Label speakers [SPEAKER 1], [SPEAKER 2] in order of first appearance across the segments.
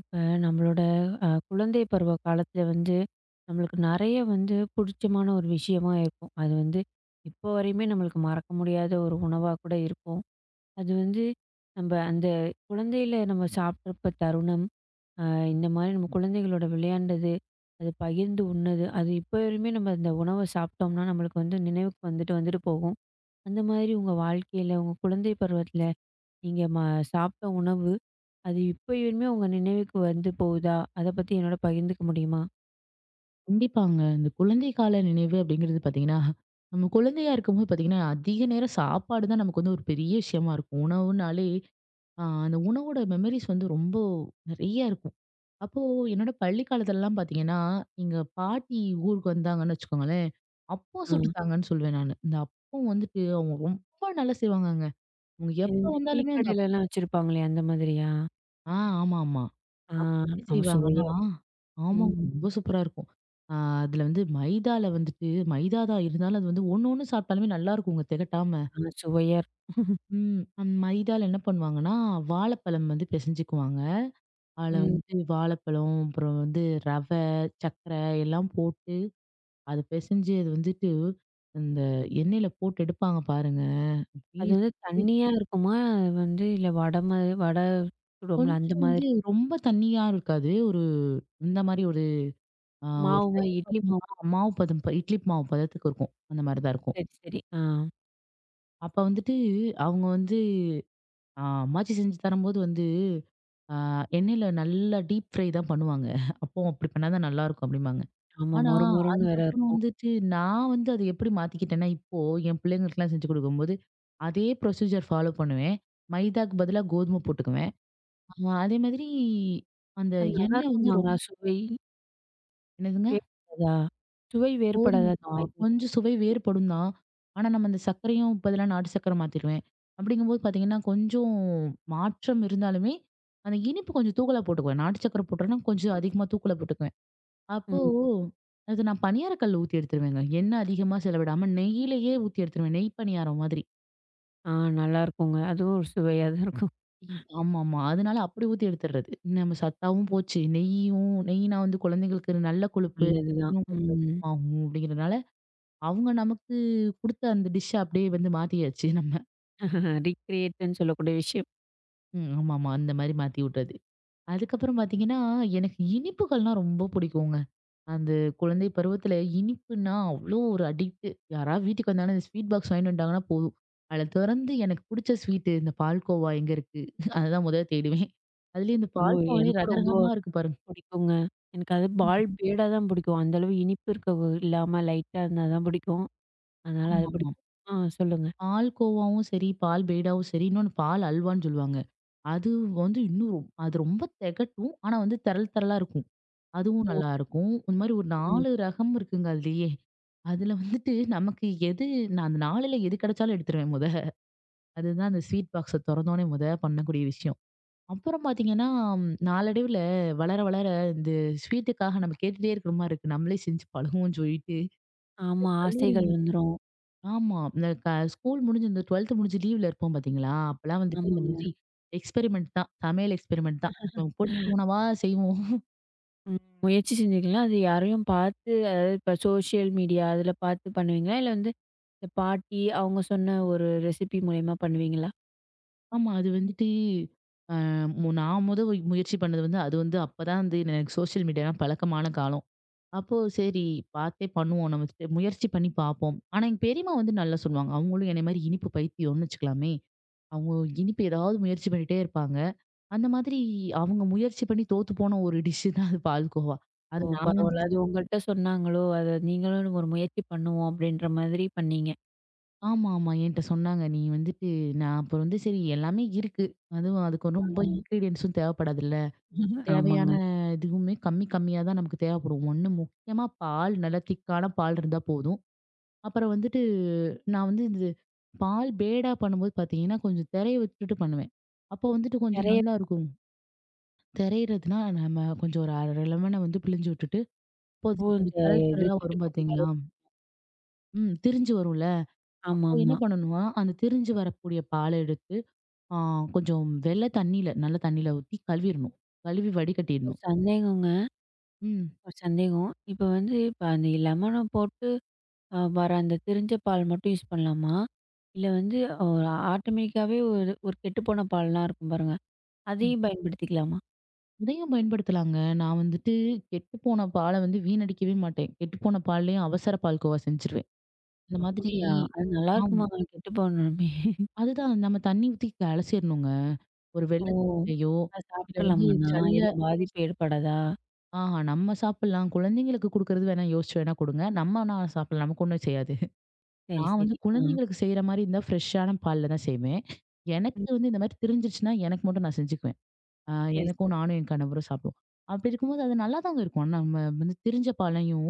[SPEAKER 1] இப்ப நம்மளோட குழந்தை பருவ காலத்துல வந்து நம்மளுக்கு நிறைய வந்து பிடிச்சமான ஒரு விஷயமா இருக்கும். அது வந்து இப்போ வரையுமே நம்மளுக்கு மறக்க முடியாத ஒரு உணவா கூட இருக்கும். அது வந்து நம்ம அந்த குழந்தையில நம்ம சாப்பிட்றப்ப தருணம், இந்த மாதிரி நம்ம குழந்தைகளோட விளையாண்டது, அது பகிர்ந்து உண்ணது, அது இப்போ வரையுமே நம்ம அந்த உணவை சாப்பிட்டோம்னா நம்மளுக்கு வந்து நினைவுக்கு வந்துட்டு வந்துட்டு போகும். அந்த மாதிரி உங்க வாழ்க்கையில உங்க குழந்தை பருவத்துல நீங்க சாப்பிட்ட உணவு, அது இப்பயுமே உங்க நினைவுக்கு வந்து போகுதா? அத பத்தி என்னோட பகிர்ந்துக்க முடியுமா?
[SPEAKER 2] கண்டிப்பாங்க. இந்த குழந்தை கால நினைவு அப்படிங்கிறது பார்த்தீங்கன்னா, நம்ம குழந்தையா இருக்கும்போது பார்த்தீங்கன்னா, அதிக நேரம் சாப்பாடு தான் நமக்கு வந்து ஒரு பெரிய விஷயமா இருக்கும். உணவுனாலே அந்த உணவோட மெமரிஸ் வந்து ரொம்ப நெறைய இருக்கும். அப்போ என்னோட பள்ளி காலத்துலலாம் பார்த்தீங்கன்னா, எங்க பாட்டி ஊருக்கு வந்தாங்கன்னு வச்சுக்கோங்களேன், அப்பம்
[SPEAKER 1] ஆ.
[SPEAKER 2] சுட்டு தாங்கன்னு சொல்லுவேன் நானு. இந்த அப்பம் வந்துட்டு அவங்க ரொம்ப நல்லா செய்வாங்கங்க. அவங்க எப்ப
[SPEAKER 1] இந்த டீ
[SPEAKER 2] வந்தாலுமே அந்த அப்
[SPEAKER 1] கடையிலலாம் வச்சிருப்பாங்களே, அந்த மாதிரியா?
[SPEAKER 2] ஆ ஆமாமா.
[SPEAKER 1] ஆ,
[SPEAKER 2] அவங்க எப்படி
[SPEAKER 1] ஆமா, சுவையா
[SPEAKER 2] செய்வாங்கன்னா,
[SPEAKER 1] இருக்கும்.
[SPEAKER 2] ஆமாங்க.
[SPEAKER 1] ம்.
[SPEAKER 2] ரொம்ப சூப்பரா இருக்கும். ஆ அதுல வந்து மைதால வந்துட்டு மைதா தான் இருந்தாலும் அது வந்து ஒண்ணு ஒண்ணு சாப்பிட்டாலுமே நல்லாருக்குங்க திகட்டாம.
[SPEAKER 1] ஆ, சுவையா இருக்கும்.
[SPEAKER 2] ம். மைதால என்ன பண்ணுவாங்கன்னா, வாழைப்பழம் வந்து பிசைஞ்சுக்குவாங்க. அதுல
[SPEAKER 1] ம்.
[SPEAKER 2] வந்துட்டு வாழைப்பழம், அப்புறம் வந்து ரவை, சர்க்கரை எல்லாம் போட்டு அத பிசைஞ்சு அது வந்துட்டு அந்த எண்ணெயில போட்டு எடுப்பாங்க பாருங்க.
[SPEAKER 1] அது
[SPEAKER 2] அப்படியே
[SPEAKER 1] வந்து தண்ணியா இருக்குமா? அது வந்து இல்ல வட மாரி வடை சுடுவோம்ல அந்த
[SPEAKER 2] கொஞ்சம் வந்து
[SPEAKER 1] மாதிரி?
[SPEAKER 2] ரொம்ப தண்ணியா இருக்காது. ஒரு இந்த மாரி ஆ ஒரு
[SPEAKER 1] மாவு மாரி
[SPEAKER 2] தயிர்
[SPEAKER 1] இட்லி
[SPEAKER 2] சாதம்.
[SPEAKER 1] மாவு.
[SPEAKER 2] மாவு பதம் இட்லி மாவு பதத்துக்கு இருக்கும். அந்த மாரி தான் இருக்கும்.
[SPEAKER 1] சரி, சரி. ஆ.
[SPEAKER 2] அப்ப வந்துட்டு அவங்க வந்து அம்மாச்சி செஞ்சு தரும்போது வந்து, ஆ எண்ணெயில நல்லா டீப் ஃப்ரை தான் பண்ணுவாங்க. அப்போ அப்படி பண்ணா தான் நல்லாருக்கும் அப்படிம்பாங்க.
[SPEAKER 1] ஆமா,
[SPEAKER 2] ஆனா,
[SPEAKER 1] மொறு மொறுன்னு வேற
[SPEAKER 2] அதுக்கப்புறம்
[SPEAKER 1] இருக்கும்.
[SPEAKER 2] வந்துட்டு நான் வந்து அத எப்படி மாத்திக்கிட்டேன்னா, இப்போ என் பிள்ளைங்களுக்குலாம் செஞ்சு குடுக்கும்போது, அதே ப்ரொசீஜர் ஃபாலோ பண்ணுவேன். மைதாக்கு பதிலா கோதுமை போட்டுக்குவேன். ஆ, அதே மாதிரி அந்த
[SPEAKER 1] அது
[SPEAKER 2] எண்ணெய் வந்து
[SPEAKER 1] நல்லாருக்குமாங்களா? சுவை
[SPEAKER 2] என்னதுங்க?
[SPEAKER 1] வேறுபடாதா? சுவை வேறுபடாதா அந்த
[SPEAKER 2] கோதுமைக்கா
[SPEAKER 1] மாதிரி?
[SPEAKER 2] கொஞ்சம் சுவை வேறுபடும் தான். ஆனா நம்ம அந்த சர்க்கரையும் பதிலா நாட்டு சர்க்கரை மாத்திருவேன். அப்படிங்கும்போது பார்த்தீங்கன்னா, கொஞ்சம் மாற்றம் இருந்தாலுமே, அந்த இனிப்பு கொஞ்சம் தூக்கலா போட்டுக்குவேன். நாட்டு சர்க்கரை போட்டேன்னா கொஞ்சம் அதிகமா தூக்கலா போட்டுக்குவேன். அப்போ
[SPEAKER 1] ம்.
[SPEAKER 2] அது நான் பணியாரக்கல்ல ஊத்தி எடுத்துருவேங்க. எண்ணெய் அதிகமா செலவிடாம நெய்யிலேயே ஊத்தி எடுத்துருவேன். நெய் பணியாரம் மாதிரி.
[SPEAKER 1] ஆ, நல்லாருக்குங்க. அதுவும் ஒரு சுவையா தான் இருக்கும்.
[SPEAKER 2] ஆமாமா. அதனால அப்படி ஊத்தி எடுத்துடுறது. நம்ம சத்தாவும் போச்சு. நெய்யும் நெய்னா வந்து குழந்தைங்களுக்கு நல்ல கொழுப்பு.
[SPEAKER 1] நல்லதுதான்.
[SPEAKER 2] இன்னும் கொஞ்சம்
[SPEAKER 1] ம்.
[SPEAKER 2] அதிகமாகும் அப்படிங்கிறனால அவங்க நமக்கு குடுத்த அந்த டிஷ் அப்படியே வந்து மாத்தியாச்சு நம்ம.
[SPEAKER 1] ரீக்ரியேட்ன்னு சொல்லக்கூடிய விஷயம்.
[SPEAKER 2] ம். ஆமாமா. அந்த மாரி மாத்தி விட்டது. அதுக்கப்புறம் பார்த்தீங்கன்னா, எனக்கு இனிப்புகள்னா ரொம்ப பிடிக்குங்க. அந்த குழந்தை பருவத்தில இனிப்புன்னா அவ்ளோ ஒரு அடிக்ட்டு. யாராவது வீட்டுக்கு வந்தாங்கன்னா, இந்த ஸ்வீட் பாக்ஸ் வாங்கிட்டு வந்துட்டாங்கன்னா போதும். அதில திறந்து எனக்கு பிடிச்ச ஸ்வீட்டு இந்த பால்கோவா எங்க இருக்கு? அதுதான் முதல்ல தேடுவேன். அதுலயும் இந்த
[SPEAKER 1] ஓ!
[SPEAKER 2] பால்கோவாலயே
[SPEAKER 1] எனக்கும் ரொம்ப
[SPEAKER 2] ரகரகமா இருக்கு பாருங்க.
[SPEAKER 1] பிடிக்குங்க. எனக்கு அது பால்
[SPEAKER 2] ம்.
[SPEAKER 1] பேடா தான் பிடிக்கும். அந்த அளவு இனிப்பு இருக்க இல்லாம லைட்டா இருந்தா தான் பிடிக்கும். அதனால அது
[SPEAKER 2] ஆமாமா.
[SPEAKER 1] பிடிக்கும். ஆ, சொல்லுங்க.
[SPEAKER 2] பால் கோவாவும் சரி, பால் பேடாவும் சரி, இன்னொன்னு பால் அல்வான்னு சொல்லுவாங்க. அது வந்து இன்னும் ரொ அது ரொம்ப திகட்டும். ஆனா வந்து தெரள் தெரளா இருக்கும். அதுவும்
[SPEAKER 1] ஓ!
[SPEAKER 2] நல்லாருக்கும். இந்த மாரி ஒரு
[SPEAKER 1] ம்.
[SPEAKER 2] 4 ரகம் இருக்குங்க அதுலயே. அதுல வந்துட்டு நமக்கு எது நான் அந்த 4ல எது கிடைச்சாலும் எடுத்துருவேன் மொத. அதுதான் அந்த ஸ்வீட் பாக்ஸ தொறந்தோனே மொத பண்ணக்கூடிய விஷயம். அப்புறம் பார்த்தீங்கன்னா, நாளடைவுல வளர வளர இந்த ஸ்வீட்டுக்காக நம்ம கேட்டுட்டே இருக்கிற மாரி இருக்கு. நம்மளே செஞ்சு பழகுவோம்ன்னு சொல்லிட்டு
[SPEAKER 1] ஆமா, ஆசைகள் வந்துரும்.
[SPEAKER 2] ஆமா. இந்த க ஸ்கூல் முடிஞ்சு இந்த 12த் முடிஞ்சு லீவ்ல இருப்போம் பாத்தீங்களா? அப்பலாம் வந்துட்டு இந்த
[SPEAKER 1] ஆமாங்க.
[SPEAKER 2] மாதிரி எக்ஸ்பெரிமெண்ட் தான். சமையல் எக்ஸ்பெரிமெண்ட் தான். நமக்கு புடிச்ச உணவா செய்வோம்.
[SPEAKER 1] ம். முயற்சி செஞ்சீங்களா? அது யாரையும் பார்த்து, அதாவது இப்ப சோசியல் மீடியா அதில பார்த்து பண்ணுவீங்களா? இல்ல வந்து இந்த பாட்டி அவங்க சொன்ன ஒரு ரெசிபி மூலியமா பண்ணுவீங்களா?
[SPEAKER 2] ஆமா. அது வந்துட்டு அ மு நான் மொத முயற்சி பண்ணது வந்து அது வந்து அப்பதான் வந்து எனக்கு சோசியல் மீடியாலாம் பழக்கமான காலம். அப்போ சரி பாத்தே பண்ணுவோம். நம்ம ஸ் முயற்சி பண்ணி பாப்போம். ஆனா எங்க பெரியம்மா வந்து நல்லா சொல்லுவாங்க. அவங்களும் என்னைய மாரி இனிப்பு பைத்தியம்னு வச்சுக்கலாமே. அவங்க இனிப்பு ஏதாவது முயற்சி பண்ணிட்டே இருப்பாங்க. அந்த மாதிரி அவங்க முயற்சி பண்ணி தோத்து போன ஒரு டிஷ் தான் அது பால்கோவா.
[SPEAKER 1] ஓ!
[SPEAKER 2] அது நான் வந்து
[SPEAKER 1] பரவால்ல. அது உங்கள்ட்ட சொன்னாங்களோ, அத நீங்களும் ஒரு முயற்சி பண்ணுவோம் அப்படின்ற மாதிரி பண்ணீங்க.
[SPEAKER 2] ஆமா, ஆமா. என்ட்ட சொன்னாங்க. நீ வந்துட்டு நான் அப்புறம் வந்து சரி எல்லாமே இருக்கு. அதுவும் அதுக்கு ரொம்ப இன்கிரீடியன்ட்ஸும் தேவைப்படாதுல்ல.
[SPEAKER 1] ஆமாங்க.
[SPEAKER 2] தேவையான இதுவுமே கம்மி கம்மியா தான் நமக்கு தேவைப்படும். ஒண்ணு முக்கியமா பால், நல்லா திக்கான பால் இருந்தா போதும். அப்புறம் வந்துட்டு நான் வந்து இது பால் பேடா பண்ணும்போது பார்த்தீங்கன்னா, கொஞ்சம் திரைய விட்டுட்டு பண்ணுவேன். அப்போ வந்துட்டு கொஞ்சம்
[SPEAKER 1] நெறைய.
[SPEAKER 2] நல்லாருக்கும். திரையிறதுனா நம்ம கொஞ்சம் ஒரு 1/2 லெமன வந்து பிழிஞ்சு விட்டுட்டு,
[SPEAKER 1] இப்போ
[SPEAKER 2] கொஞ்சம்
[SPEAKER 1] இந்த
[SPEAKER 2] கொஞ்சம் தழல்
[SPEAKER 1] இது
[SPEAKER 2] தழலா
[SPEAKER 1] கெட்டு
[SPEAKER 2] வரும்
[SPEAKER 1] போன
[SPEAKER 2] பார்த்தீங்களா?
[SPEAKER 1] மாதிரி.
[SPEAKER 2] ம். திரிஞ்சு வரும்ல. அப்போ என்ன
[SPEAKER 1] ஆமாமா.
[SPEAKER 2] பண்ணணும்னா, அந்த திரிஞ்சு வரக்கூடிய பால எடுத்து ஆ கொஞ்சம் வெள்ள தண்ணீல, நல்ல தண்ணீல ஊத்தி கழுவிறணும். கழுவி
[SPEAKER 1] ஒரு
[SPEAKER 2] வடிகட்டிடணும்.
[SPEAKER 1] சந்தேகங்க.
[SPEAKER 2] ம்.
[SPEAKER 1] ஒரு சந்தேகம். இப்ப அந்த லெமன போட்டு அ வர அந்த திரிஞ்ச பால் மட்டும் யூஸ் பண்ணலாமா? இல்ல வந்து அ ஆட்டோமேட்டிக்காவே ஒரு ஒரு கெட்டுப்போன பால்லாம் இருக்கும் பாருங்க.
[SPEAKER 2] ம்.
[SPEAKER 1] அதையும் பயன்படுத்திக்கலாமா?
[SPEAKER 2] இதையும் பயன்படுத்தலாங்க. நான் வந்துட்டு கெட்டுப்போன பால வந்து வீணடிக்கவே மாட்டேன். கெட்டுப்போன பால்லயும் அவசர பால் கோவா செஞ்சுருவேன். இந்த மாதிரி
[SPEAKER 1] அப்படியா? அது
[SPEAKER 2] ஆமா.
[SPEAKER 1] நல்லாருக்குமா? கெட்டு போனமே.
[SPEAKER 2] அதுதான் நம்ம தண்ணீ ஊத்தி அலசிறணுங்க. ஒரு
[SPEAKER 1] ஓ!
[SPEAKER 2] வெள்ள துணியிலயோ,
[SPEAKER 1] அது
[SPEAKER 2] இல்ல வந்து
[SPEAKER 1] சாப்பிட்றலாமாண்ணா?
[SPEAKER 2] ஜல்ல
[SPEAKER 1] எதுவும் பாதிப்பு ஏற்படாதா?
[SPEAKER 2] ஆஹா நம்ம சாப்பிடலாம். குழந்தைங்களுக்கு குடுக்குறது வேணா யோசிச்சு வேணா குடுங்க. நம்ம நான் சாப்பிடலாம். நமக்கு ஒண்ணும் செய்யாது.
[SPEAKER 1] சரி,
[SPEAKER 2] நான் வந்து
[SPEAKER 1] சரி. ஆ.
[SPEAKER 2] குழந்தைங்களுக்கு செய்ற மாரி இருந்தா ஃப்ரெஷ்ஷான பால்ல தான் செய்வேன்.
[SPEAKER 1] ம்.
[SPEAKER 2] எனக்கு வந்து இந்த மாரி திரிஞ்சிருச்சுன்னா, எனக்கு மட்டும் நான் செஞ்சுக்குவேன். அ
[SPEAKER 1] சரி, சரி.
[SPEAKER 2] எனக்கும் நானும் என் கணவரும் சாப்பிடுவோம். அப்படி இருக்கும்போது அது நல்லாதாங்க இருக்கும். ஆனா, நம்ம வந்து திரிஞ்ச பாலையும்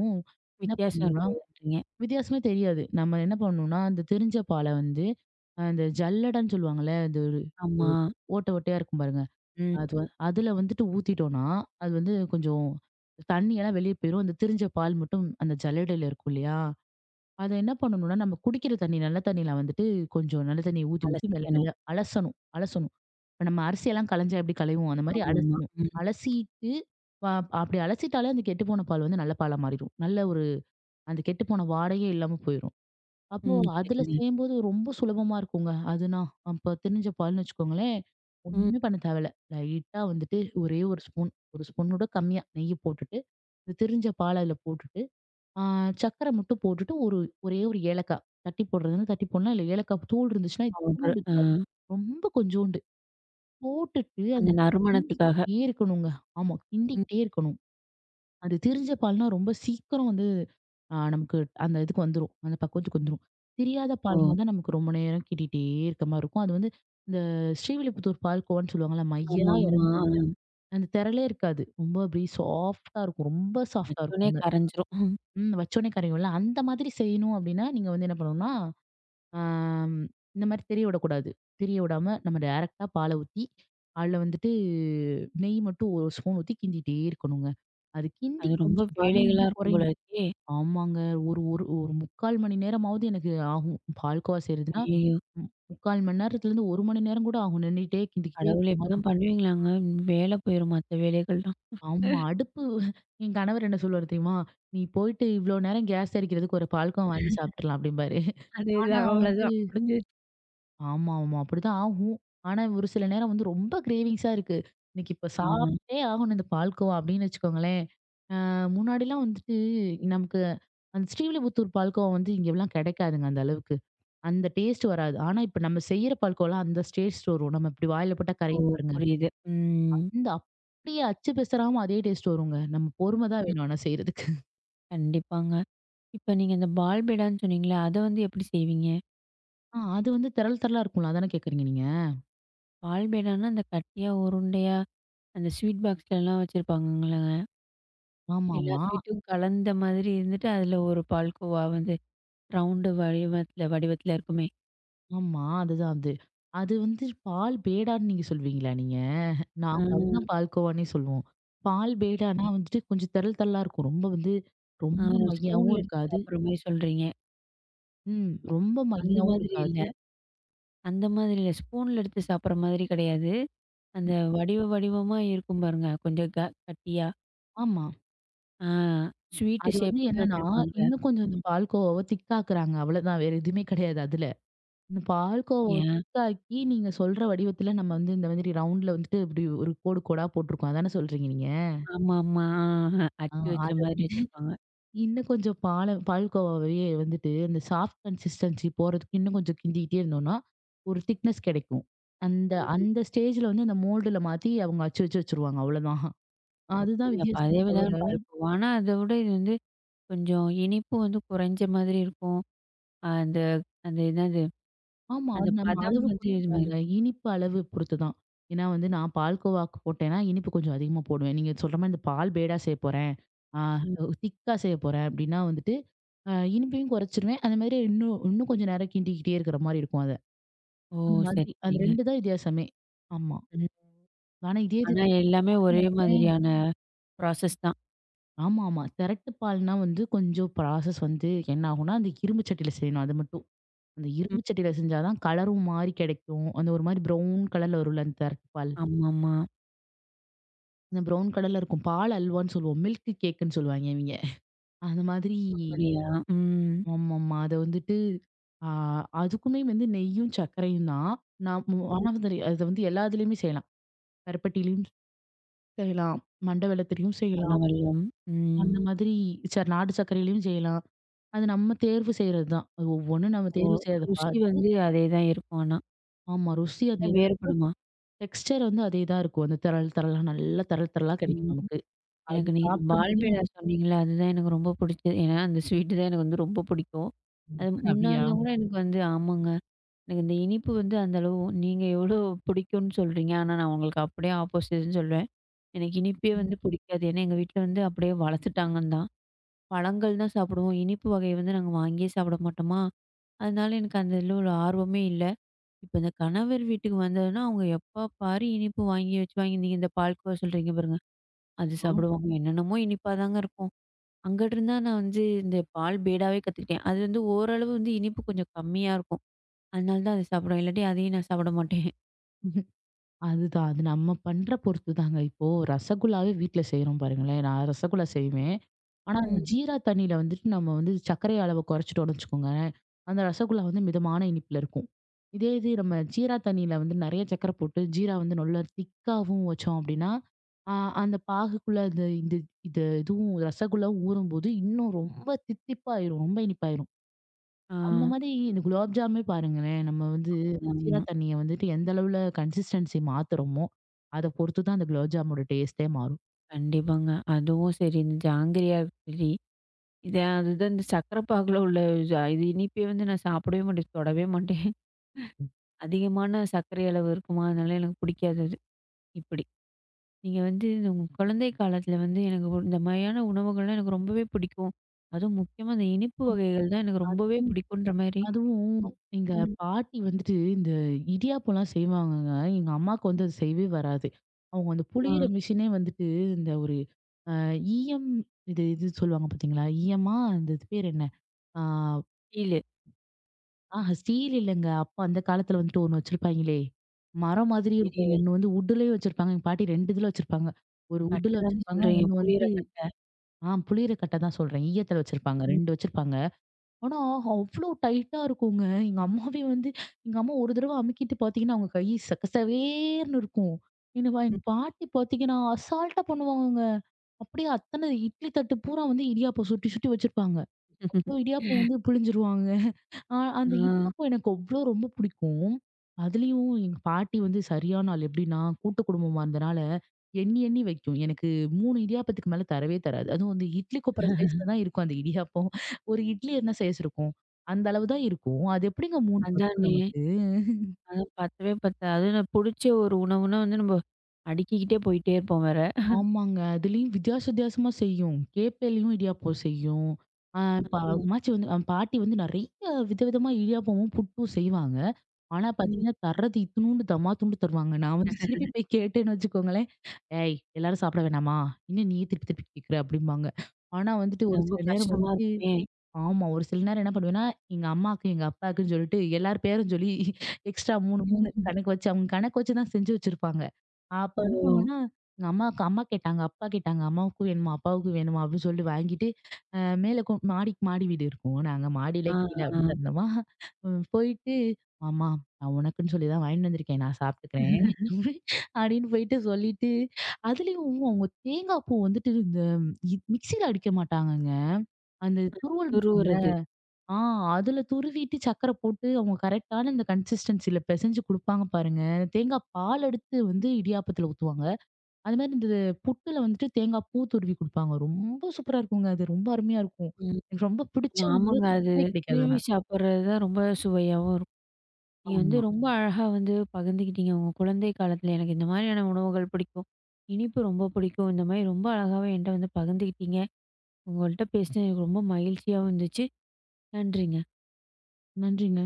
[SPEAKER 2] என்ன
[SPEAKER 1] வித்தியாசம்
[SPEAKER 2] பண்ணுவோம்னா,
[SPEAKER 1] இருக்குதுன்றீங்க.
[SPEAKER 2] வித்தியாசமே தெரியாது. நம்ம என்ன பண்ணணும்னா, அந்த திரிஞ்ச பால வந்து அந்த ஜல்லடன்னு சொல்லுவாங்கல்ல. அது ஒரு
[SPEAKER 1] ஆமா.
[SPEAKER 2] ஒரு ஓட்டை ஓட்டையா இருக்கும் பாருங்க.
[SPEAKER 1] ம்.
[SPEAKER 2] அது வ அதுல வந்துட்டு ஊத்திட்டோம்னா, அது வந்து கொஞ்சம் தண்ணியெல்லாம் வெளிய போயிரும். அந்த திரிஞ்ச பால் மட்டும் அந்த ஜல்லடையில இருக்கும் இல்லையா? அத என்ன பண்ணணும்னா, நம்ம குடிக்கிற தண்ணி, நல்ல தண்ணில வந்துட்டு கொஞ்சம் நல்ல தண்ணிய ஊத்தி, ஊத்தி மெல்ல,
[SPEAKER 1] அலசிக்கணும்.
[SPEAKER 2] மெல்ல அலசணும், அலசணும். இப்ப நம்ம அரிசியெல்லாம் களைஞ்சா எப்படி களைவோம்? அந்த மாரி
[SPEAKER 1] ஆமாமா.
[SPEAKER 2] அலசணும்.
[SPEAKER 1] ம்.
[SPEAKER 2] அலசிட்டு வ அப்படி அலசிட்டாலே அந்த கெட்டுப்போன பால் வந்து நல்ல பாலா மாறிடும். நல்ல ஒரு அந்த கெட்டுப்போன வாடையே இல்லாம போயிரும். அப்போ
[SPEAKER 1] ம்.
[SPEAKER 2] அதுல
[SPEAKER 1] சரிங்க.
[SPEAKER 2] செய்யும்போது ரொம்ப சுலபமா இருக்குங்க. அதுனா, அப்ப திரிஞ்ச பால்ன்னு வச்சுக்கோங்களேன்,
[SPEAKER 1] ம்.
[SPEAKER 2] ஒண்ணுமே பண்ண தேவையில்ல. லைட்டா வந்துட்டு ஒரே 1 ஸ்பூன், 1 ஸ்பூனோட கம்மியா நெய்ய போட்டுட்டு, இந்த திரிஞ்ச பால் அதுல போட்டுட்டு ஆ சர்க்கரை மட்டும் போட்டுட்டு ஒரே ஒரு ஏலக்காய். தட்டி போடுறதுன்னா தட்டி போடலாம். இல்ல ஏலக்காய் தூள் இருந்துச்சுன்னா
[SPEAKER 1] பவுடரு.
[SPEAKER 2] இத்துணூண்டு
[SPEAKER 1] ஆ.
[SPEAKER 2] இருக்காது. ரொம்ப கொஞ்சோண்டு. போட்டுட்டு அது
[SPEAKER 1] அந்த நறுமணத்துக்காக.
[SPEAKER 2] கிண்டிக்கிட்டே இருக்கணுங்க. ஆமா.
[SPEAKER 1] ம்.
[SPEAKER 2] கிண்டிக்கிட்டே இருக்கணும். அது திரிஞ்ச பால்னா ரொம்ப சீக்கிரம் வந்து நமக்கு அந்த இதுக்கு வந்துரும். அந்த பக்குவத்துக்கு வந்துரும். திரியாத பால்னா
[SPEAKER 1] ஓ!
[SPEAKER 2] தான் நமக்கு ரொம்ப நேரம் கிண்டிட்டே இருக்க மாரி இருக்கும். அது வந்து இந்த ஸ்ரீவில்லிபுத்தூர் பால்கோவான்னு சொல்லுவாங்கல்ல. மையா
[SPEAKER 1] ஆமாமா. ஆ.
[SPEAKER 2] இறங்கும். அந்த திரளே இருக்காது. ரொம்ப அப்படியே சாஃப்ட்டா இருக்கும். ரொம்ப சாஃப்ட்டா
[SPEAKER 1] வச்சோனே
[SPEAKER 2] இருக்கும். அந்த
[SPEAKER 1] கரைஞ்சிரும்.
[SPEAKER 2] ம். வச்சோனே கரையும்ல. அந்த மாதிரி செய்யணும் அப்டின்னா, நீங்க வந்து என்ன பண்ணணும்னா, ஆம் இந்த மாரி தெரிய விடக்கூடாது. தெரிய விடாம நம்ம டைரக்ட்டா பால ஊத்தி, அதுல வந்துட்டு நெய் மட்டும் ஒரு ஸ்பூன் ஊத்தி கிண்டிட்டே இருக்கணுங்க. அது கிண்டி
[SPEAKER 1] அது ரொம்ப
[SPEAKER 2] கொஞ்சம் பதம்
[SPEAKER 1] வேலைகளா
[SPEAKER 2] வந்து
[SPEAKER 1] இருக்கும் போல
[SPEAKER 2] குறையும்.
[SPEAKER 1] இருக்கே!
[SPEAKER 2] ஆமாங்க. ஒரு ஒரு ஒரு 3/4 மணி நேரமாவது எனக்கு ஆகும். பால்கோவா செய்றதுன்னா,
[SPEAKER 1] ஐயய்யோ!
[SPEAKER 2] 3/4 மணி நேரத்துலருந்து 1 மணி நேரம் கூட ஆகும். நின்னுட்டே கிண்டிக்கிட்டே
[SPEAKER 1] கடவுளே!
[SPEAKER 2] இருக்கிற மாரி
[SPEAKER 1] இப்படிலாம்
[SPEAKER 2] இருக்கும்.
[SPEAKER 1] பண்ணுவீங்களாங்க? வேலை போயிரும் மத்த வேலைகள்லாம்.
[SPEAKER 2] ஆமா. அடுப்பு என் கணவர் என்ன சொல்லுவாரு தெரியுமா? "நீ போயிட்டு இவ்ளோ நேரம் கேஸ் எரிக்கிறதுக்கு ஒரு பால்கோவா வாங்கி சாப்ட்டுறலாம்" அப்டிம்பாரு. ஆனா
[SPEAKER 1] அதேதான்.
[SPEAKER 2] வந்து
[SPEAKER 1] அவ்வளதான். முடிஞ்சிருச்சு.
[SPEAKER 2] ஆமா, ஆமா. அப்படிதான் ஆகும். ஆனா ஒரு சில நேரம் வந்து ரொம்ப கிரேவிங்ஸா இருக்கு. இன்னைக்கு இப்ப
[SPEAKER 1] ஆ.
[SPEAKER 2] சாப்பிட்டே ஆகணும் இந்த பால்கோவா அப்படின்னு வச்சுக்கோங்களேன். முன்னாடிலாம் வந்துட்டு நமக்கு அந்த ஸ்ரீவில்லிபுத்தூர் பால்கோவா வந்து இங்கலாம் கிடைக்காதுங்க அந்த அளவுக்கு. அந்த டேஸ்ட் வராது. ஆனா இப்ப நம்ம செய்யற பால்கோவாலாம் அந்த டேஸ்ட் வரும். நம்ம இப்படி வாயில போட்டா
[SPEAKER 1] ஓ!
[SPEAKER 2] கரையும் பாருங்க.
[SPEAKER 1] புரியுது. ம்.
[SPEAKER 2] இந்த அப்படியே அச்சு பெசராம அதே டேஸ்ட் வருங்க. நம்ம பொறுமை தான்
[SPEAKER 1] ம்.
[SPEAKER 2] வேணும் ஆனா செய்றதுக்கு.
[SPEAKER 1] கண்டிப்பாங்க. இப்ப நீங்க இந்த பால் பேடான்னு சொன்னீங்கல்ல, அத வந்து எப்படி செய்வீங்க?
[SPEAKER 2] அது வந்து தெறள் தெறளா இருக்கும்ல அதானே கேட்கறீங்க நீங்க?
[SPEAKER 1] பால் பேடான்னா, அந்த கட்டியா, உருண்டையா, அந்த ஸ்வீட் பாக்ஸ்லலாம் வச்சிருப்பாங்கல்லங்க. எல்லா
[SPEAKER 2] ஆமாமா.
[SPEAKER 1] ஸ்வீட்டும் கலந்த மாதிரி இருந்துட்டு, அதுல ஒரு பால்கோவா வந்து ரவுண்டு வடிவத்துல வடிவத்துல இருக்குமே.
[SPEAKER 2] ஆமா. அதுதான் அது. அது வந்து பால் பேடான்னு நீங்க சொல்லுவீங்களா நீங்க?
[SPEAKER 1] ஆ.
[SPEAKER 2] நாங்க அதுதான் பால்கோவான்னே சொல்லுவோம். பால் பேடான்னா வந்துட்டு கொஞ்சம் தெறல் தெறலா இருக்கும். ரொம்ப வந்து
[SPEAKER 1] ஆ,
[SPEAKER 2] ரொம்ப மையாவும்
[SPEAKER 1] ஸ்பூன்ல எடுத்து
[SPEAKER 2] இருக்காது.
[SPEAKER 1] சாப்பிடுற மாரி சொல்றீங்க.
[SPEAKER 2] ம். ரொம்ப
[SPEAKER 1] அந்த
[SPEAKER 2] மையாவும்
[SPEAKER 1] மாதிரி இல்ல.
[SPEAKER 2] இருக்காது.
[SPEAKER 1] அந்த மாதிரி இல்ல. ஸ்பூன்ல எடுத்து சாப்பிடுற மாதிரி கிடையாது. அந்த வடிவ வடிவமா இருக்கும் பாருங்க. கொஞ்சம் க கட்டியா.
[SPEAKER 2] ஆமா.
[SPEAKER 1] ஆ, ஸ்வீட்
[SPEAKER 2] அது வந்து
[SPEAKER 1] ஷேப்லயே
[SPEAKER 2] என்னன்னா,
[SPEAKER 1] வச்சிருப்பாங்கல்ல.
[SPEAKER 2] இன்னும் கொஞ்சம் இந்த
[SPEAKER 1] ம்.
[SPEAKER 2] பால்கோவாவ திக்காக்குறாங்க. அவ்வளதான். வேற எதுவுமே கிடையாது அதுல. இந்த பால்கோவாவ
[SPEAKER 1] அப்படியா?
[SPEAKER 2] திக்காக்கி நீங்க சொல்ற வடிவத்துல நம்ம வந்து இந்த மாதிரி ரவுண்ட்ல வந்துட்டு இப்படி ஒரு கோடு கோடா போட்டுருக்கோம். அதானே சொல்றீங்க நீங்க?
[SPEAKER 1] ஆமாமா. ஆ, ஆ. அச்சு
[SPEAKER 2] ஆ.
[SPEAKER 1] வச்ச மாதிரி வச்சிருப்பாங்க.
[SPEAKER 2] இன்னும் கொஞ்சம் பால்கோவாவையே வந்துட்டு, அந்த சாஃப்ட் கன்சிஸ்டன்சி போறதுக்கு இன்னும் கொஞ்சம் கிண்டிக்கிட்டே இருந்தோம்னா, ஒரு திக்னஸ் கெடைக்கும். அந்த அந்த ஸ்டேஜ்ல வந்து அந்த மோல்டுல மாத்தி அவங்க அச்சு வச்சு வச்சுருவாங்க. அவ்வளோதான். அதுதான்
[SPEAKER 1] அப்படியா? அப்ப
[SPEAKER 2] வித்தியாசமே
[SPEAKER 1] அதே
[SPEAKER 2] தவிர
[SPEAKER 1] தான் பால்கோவா. ஆனா, அத விட இது வந்து கொஞ்சம் இனிப்பு வந்து குறைஞ்ச மாதிரி இருக்கும். அந்த அந்த என்னது?
[SPEAKER 2] ஆமா.
[SPEAKER 1] அந்த
[SPEAKER 2] அது நம்ம
[SPEAKER 1] பதம்
[SPEAKER 2] அளவு
[SPEAKER 1] வந்து
[SPEAKER 2] பொறுத்து
[SPEAKER 1] இது மாரி.
[SPEAKER 2] தாங்க. இனிப்பு அளவு பொறுத்து தான். ஏன்னா வந்து நான் பால்கோவாக்கு போட்டேன்னா, இனிப்பு கொஞ்சம் அதிகமா போடுவேன். நீங்க சொல்ற மாரி இந்த பால் பேடா செய்ய போறேன். ஆ
[SPEAKER 1] ம்.
[SPEAKER 2] திக்கா செய்ய போறேன். அப்டின்னா வந்துட்டு, இனிப்பையும் குறைச்சிருவேன். அதே மாதிரி இன்னும் இன்னும் கொஞ்சம் நேரம் கிண்டிக்கிட்டே இருக்கிற மாரி இருக்கும்.
[SPEAKER 1] ஓ!
[SPEAKER 2] அந்த
[SPEAKER 1] சரி,
[SPEAKER 2] மாதிரி. அது
[SPEAKER 1] சரிங்க.
[SPEAKER 2] 2 தான் வித்தியாசமே. ஆமா.
[SPEAKER 1] ம்.
[SPEAKER 2] ஆனா இதே இது
[SPEAKER 1] ஆனா எல்லாமே
[SPEAKER 2] திரட்டுன்னு
[SPEAKER 1] ஒரே
[SPEAKER 2] வைங்களேன்.
[SPEAKER 1] மாதிரியான ப்ராசஸ் தான்.
[SPEAKER 2] ஆமா, ஆமா. திரட்டு பால்னா வந்து கொஞ்சம் ப்ராசஸ் வந்து என்ன ஆகும்னா, அந்த இரும்பு சட்டியில செய்யணும் அது மட்டும். அந்த
[SPEAKER 1] ம்.
[SPEAKER 2] இரும்பு சட்டியில செஞ்சா தான் கலரும் மாறி கிடைக்கும். அந்த ஒரு மாரி ப்ரவுன் கலர்ல வரும்ல அந்த திரட்டு பால்.
[SPEAKER 1] ஆமாமா.
[SPEAKER 2] அந்த ப்ரவுன் கலர்ல இருக்கும். பால் அல்வான்னு சொல்லுவோம். மில்க் கேக்குன்னு சொல்லுவாங்க இவிங்க. அந்த மாதிரி
[SPEAKER 1] அப்படியா? ம்.
[SPEAKER 2] ஆமாமா. அத வந்துட்டு ஆ அதுக்குமே வந்து நெய்யும், சர்க்கரையும் தான். நான் மு
[SPEAKER 1] ம்.
[SPEAKER 2] ஆனா வந்து அத வந்து எல்லா இதுலயுமே செய்யலாம். கருப்பட்டிலயும் செய்யலாம். மண்ட வெல்லத்திலயும் செய்யலாம்.
[SPEAKER 1] பனவெல்லம். ம்.
[SPEAKER 2] அந்த மாதிரி நாட்டு சர்க்கரையிலயும் செய்யலாம். அது நம்ம தேர்வு செய்றது தான். அது ஒவ்வொன்னும் நம்ம
[SPEAKER 1] ஓ!
[SPEAKER 2] தேர்வு செய்றத
[SPEAKER 1] ருசி
[SPEAKER 2] பார்த்து
[SPEAKER 1] வந்து அதே தான் இருக்கும் ஆனா.
[SPEAKER 2] ஆமா. ருசி
[SPEAKER 1] ஆனா
[SPEAKER 2] அதே தான் இருக்கும்.
[SPEAKER 1] வேறுபடுமா?
[SPEAKER 2] டெக்ஸ்டர் வந்து அதே தான் இருக்கும். அந்த தரள் தரளா நல்லா தரள் தரளா கிடைக்கும்
[SPEAKER 1] ம்.
[SPEAKER 2] நமக்கு. அது
[SPEAKER 1] எனக்கு நீங்க இந்த
[SPEAKER 2] சாப்பிடும்போதே
[SPEAKER 1] பால்பேடா சொன்னீங்கல்ல, அதுதான் எனக்கு ரொம்ப பிடிச்சது. ஏன்னா அந்த ஸ்வீட்டு தான் எனக்கு வந்து ரொம்ப பிடிக்கும்.
[SPEAKER 2] ம்.
[SPEAKER 1] அது
[SPEAKER 2] அப்படியா?
[SPEAKER 1] முன்னாடிலாம் கூட எனக்கு வந்து ஆமாங்க. எனக்கு இந்த இனிப்பு வந்து அந்த அளவு நீங்க எவ்வளோ பிடிக்கும்னு சொல்றீங்க. ஆனா நான் உங்களுக்கு அப்படியே ஆப்போசிட்ன்னு சொல்லுவேன். எனக்கு இனிப்பே
[SPEAKER 2] ம்.
[SPEAKER 1] வந்து பிடிக்காது. ஏன்னா எங்க வீட்ல வந்து அப்படியே வளர்த்துட்டாங்கன்னு தான். பழங்கள் தான் சாப்பிடுவோம். இனிப்பு வகைய வந்து நாங்க வாங்கியே சாப்பிட மாட்டோமா, அதனால எனக்கு அந்த இதில ஒரு ஆர்வமே இல்ல. இப்ப இந்த கணவர் வீட்டுக்கு வந்ததுன்னா, அவங்க எப்ப பாரு இனிப்பு வாங்கி வச்சு வாங்கி, நீங்க இந்த பால்கோவா சொல்றீங்க பாருங்க, அது
[SPEAKER 2] ஆ.
[SPEAKER 1] சாப்பிடுவாங்க. என்னென்னமோ இனிப்பா தாங்க இருக்கும். அங்கிட்டு இருந்தா நான் வந்து இந்த பால் பேடாவே கத்துக்கிட்டேன். அது வந்து ஓரளவு வந்து இனிப்பு கொஞ்சம் கம்மியா இருக்கும். அதனால தான் அத சாப்பிடுவேன். இல்லாட்டி அதையும் நான் சாப்பிட மாட்டேன்.
[SPEAKER 2] அதுதான். அது நம்ம பண்ற பொறுத்து தாங்க. இப்போ ரசகுல்லாவே வீட்ல செய்றோம் பாருங்களேன். நான் ரசகுல்லா செய்வேன். ஆனா, அந்த
[SPEAKER 1] ம்.
[SPEAKER 2] ஜீரா தண்ணியில வந்துட்டு நம்ம வந்து சர்க்கரை அளவ குறைச்சிட்டோம்னு வச்சுக்கோங்களேன், அந்த ரசகுல்லா வந்து மிதமான இனிப்புல இருக்கும். இதே இது நம்ம ஜீரா தண்ணியில வந்து நெறைய சர்க்கரை போட்டு ஜீரா வந்து நல்லா திக்காவும் வச்சோம் அப்படின்னா, ஆ அந்த பாகுக்குள்ள இந்த இந்த இது இதுவும் ரசகுல்லாவும் ஊறும்போது இன்னும் ரொம்ப தித்திப்பாயிரும். ரொம்ப இனிப்பாயிரும்.
[SPEAKER 1] ஆ.
[SPEAKER 2] அந்த மாதிரி இந்த குலாப் ஜாமே பாருங்களேன், நம்ம வந்து ஜீரா
[SPEAKER 1] ஆமா.
[SPEAKER 2] தண்ணிய வந்துட்டு எந்த அளவுல கன்சிஸ்டன்சி மாத்துறோமோ, அத பொறுத்து தான் அந்த குலாப் ஜாமோட டேஸ்ட்டே மாறும்.
[SPEAKER 1] கண்டிப்பாங்க. அதுவும் சரி, இந்த ஜாங்கிரியா இருக்கு சரி. இது அதுதான் இந்த சர்க்கரை பாகுல உள்ள இது இது இனிப்பே வந்து நான் சாப்பிடவே மாட்டேன். தொடவே மாட்டேன். அதிகமான சர்க்கரை அளவு இருக்குமா, அதனால எனக்கு பிடிக்காது அது. இப்படி. நீங்க வந்து இந்த உங்க குழந்தை காலத்துல வந்து எனக்கு ஒரு- இந்த மாதிரியான உணவுகள்லாம் எனக்கு ரொம்பவே பிடிக்கும். அதுவும் முக்கியமா இந்த இனிப்பு
[SPEAKER 2] அம்
[SPEAKER 1] வகைகள் தான் எனக்கு ரொம்பவே பிடிக்குன்ற மாரி.
[SPEAKER 2] அதுவும் எங்க
[SPEAKER 1] ம்.
[SPEAKER 2] பாட்டி வந்துட்டு இந்த இடியாப்பம்லாம் செய்வாங்கங்க. எங்க அம்மாவுக்கு வந்து அது செய்யவே வராது. அவங்க அந்த
[SPEAKER 1] ஆ.
[SPEAKER 2] புளியிற மிஷினே வந்துட்டு இந்த ஒரு அ ஈயம் இது இது சொல்லுவாங்க பார்த்தீங்களா? ஈயமா அந்த இது பேர் என்ன? ஆ
[SPEAKER 1] ஃபீலு.
[SPEAKER 2] ஆஹா! ஸ்டீல் இல்லங்க. அப்ப அந்த காலத்துல வந்துட்டு ஒண்ணு வச்சிருப்பாய்ங்களே! மரம் மாதிரி இருக்கும்.
[SPEAKER 1] தெரியல.
[SPEAKER 2] ஒண்ணு வந்து வுட்லயே வச்சிருப்பாங்க. எங்க பாட்டி 2 இதுல வச்சிருப்பாங்க. ஒரு
[SPEAKER 1] கட்ட
[SPEAKER 2] வுட்ல
[SPEAKER 1] தானே
[SPEAKER 2] வச்சிருப்பாங்க.
[SPEAKER 1] சொல்றீங்க.
[SPEAKER 2] ஒண்ணு
[SPEAKER 1] புளியுற
[SPEAKER 2] வந்து
[SPEAKER 1] கட்ட.
[SPEAKER 2] ஆ புளியற கட்ட தான் சொல்றேன். ஈயத்துல வச்சிருப்பாங்க.
[SPEAKER 1] ம்.
[SPEAKER 2] 2 வச்சிருப்பாங்க. ஆனா, அவ்ளோ டைட்டா இருக்குங்க. எங்க அம்மாவே வந்து எங்க அம்மா ஒரு தடவ அமுக்கிட்டு பாத்தீங்கன்னா, அவங்க கை சகசவேர்ன்னு இருக்கும். என்னவா
[SPEAKER 1] ம்.
[SPEAKER 2] எங்க பாட்டி பாத்தீங்கன்னா, அசால்ட்டா பண்ணுவாங்கங்க. அப்படியே அத்தன இட்லி தட்டு பூரா வந்து இடியாப்பம் சுட்டி சுட்டி வச்சிருப்பாங்க. அப்போ இடியாப்பம் வந்து புழிஞ்சிருவாங்க. அந்த
[SPEAKER 1] ஆ.
[SPEAKER 2] இடியாப்பம் எனக்கு அவ்ளோ ரொம்ப பிடிக்கும். அதுலயும் எங்க பாட்டி வந்து சரியான ஆள். எப்படின்னா, கூட்டு குடும்பமா இருந்தனால எண்ணி எண்ணி வைக்கும். எனக்கு 3 இடியாப்பத்துக்கு மேல தரவே தராது. அதுவும் வந்து இட்லி கொப்புற சைஸ்ல தான் இருக்கும் அந்த இடியாப்பம். ஒரு இட்லி என்ன சைஸ் இருக்கும்? அந்த அளவு தான் இருக்கும். அது எப்படிங்க 3 பத்தும்
[SPEAKER 1] அதானே.
[SPEAKER 2] நமக்கு?
[SPEAKER 1] அதான் பத்தவே பத்தாது. அதுவும் நான் புடிச்ச ஒரு உணவுனா வந்து நம்ம அடுக்கிக்கிட்டே போயிட்டே இருப்போம் வேற.
[SPEAKER 2] ஆமாங்க. அதுலயும் வித்தியாச வித்தியாசமா செய்யும். கேப்பையிலயும் இடியாப்பம் செய்யும். அ ப அம்மாச்சி வந்து பாட்டி வந்து நெறைய விதவிதமா இடியாப்பமும், புட்டும் செய்வாங்க. ஆனா
[SPEAKER 1] ம்.
[SPEAKER 2] பார்த்தீங்கன்னா, தர்றது இத்துணூண்டு தம்மாத்துண்டு தருவாங்க. நான் வந்து திருப்பி போய் கேட்டேன்னு வச்சுக்கோங்களேன், "ஏய் எல்லாரும் சாப்பிட வேணாமா? என்ன நீயே திருப்பி திருப்பி கேட்குற?" அப்படிம்பாங்க. ஆனா வந்துட்டு ஒரு
[SPEAKER 1] ரொம்ப
[SPEAKER 2] சில நேரம்
[SPEAKER 1] கஷ்டமா
[SPEAKER 2] வந்துட்டு
[SPEAKER 1] இருக்குமே!
[SPEAKER 2] ஆமா. ஒரு சில நேரம் என்ன பண்ணுவேன்னா, எங்க அம்மாக்கு, எங்க அப்பாக்குன்னு சொல்லிட்டு எல்லார் பேரும் சொல்லி எக்ஸ்ட்ரா 3, 3 கணக்கு வச்சு அவங்க கணக்கு வச்சு தான் செஞ்சு வச்சிருப்பாங்க. அப்ப என்ன
[SPEAKER 1] ஓ!
[SPEAKER 2] பண்ணுவேன்னா, எங்க அம்மாக்கு அம்மா கேட்டாங்க, அப்பா கேட்டாங்க. அம்மாவுக்கும் வேணுமா, அப்பாவுக்கும் வேணுமா அப்படின்னு சொல்லி வாங்கிட்டு, அ மேல கொ மாடிக்கு மாடி வீடு இருக்கும். நாங்க மாடியில
[SPEAKER 1] ஆ,
[SPEAKER 2] கீழ
[SPEAKER 1] ஆ.
[SPEAKER 2] அப்படிதான் இருந்தோமா. போயிட்டு, "மாமா நான் உனக்குன்னு சொல்லி தான் வாங்கிட்டு வந்திருக்கேன். நான் சாப்பிட்டுக்கிறேன்." அப்படின்னு போயிட்டு சொல்லிட்டு, அதுலயும் அவங்க தேங்காய் பூ வந்துட்டு இந்த மிக்ஸியில அடிக்க மாட்டாங்கங்க. அந்த துருவல் இருக்கும்ல
[SPEAKER 1] துருவுறது.
[SPEAKER 2] ஆ அதுல துருவிட்டு சர்க்கரை போட்டு அவங்க கரெக்ட்டான இந்த கன்சிஸ்டன்சில பெசஞ்சு குடுப்பாங்க பாருங்க. தேங்காய் பால் எடுத்து வந்து இடியாப்பத்துல ஊத்துவாங்க. அது மாரி இந்த புட்டுல வந்துட்டு தேங்காய் பூ துருவி குடுப்பாங்க. ரொம்ப சூப்பரா இருக்குங்க. அது ரொம்ப அருமையா இருக்கும்.
[SPEAKER 1] ம்.
[SPEAKER 2] எனக்கு ரொம்ப பிடிச்ச உணவு
[SPEAKER 1] ஆமாங்க. அது
[SPEAKER 2] கிடைக்கவே கிடைக்காது
[SPEAKER 1] திருவி
[SPEAKER 2] ஆனா.
[SPEAKER 1] சாப்பிடுறது தான் ரொம்ப சுவையாவும் இருக்கும். நீங்க வந்து
[SPEAKER 2] ஆமா.
[SPEAKER 1] ரொம்ப அழகா வந்து பகிர்ந்துக்கிட்டீங்க. உங்க குழந்தை காலத்தில எனக்கு இந்த மாதிரியான உணவுகள் பிடிக்கும். இனிப்பு ரொம்ப பிடிக்கும். இந்த மாரி ரொம்ப அழகாவே என்ட்ட வந்து பகிர்ந்துக்கிட்டீங்க. உங்கள்ட்ட பேசினது எனக்கு ரொம்ப மகிழ்ச்சியாவும் இருந்துச்சு. நன்றிங்க.
[SPEAKER 2] நன்றிங்க.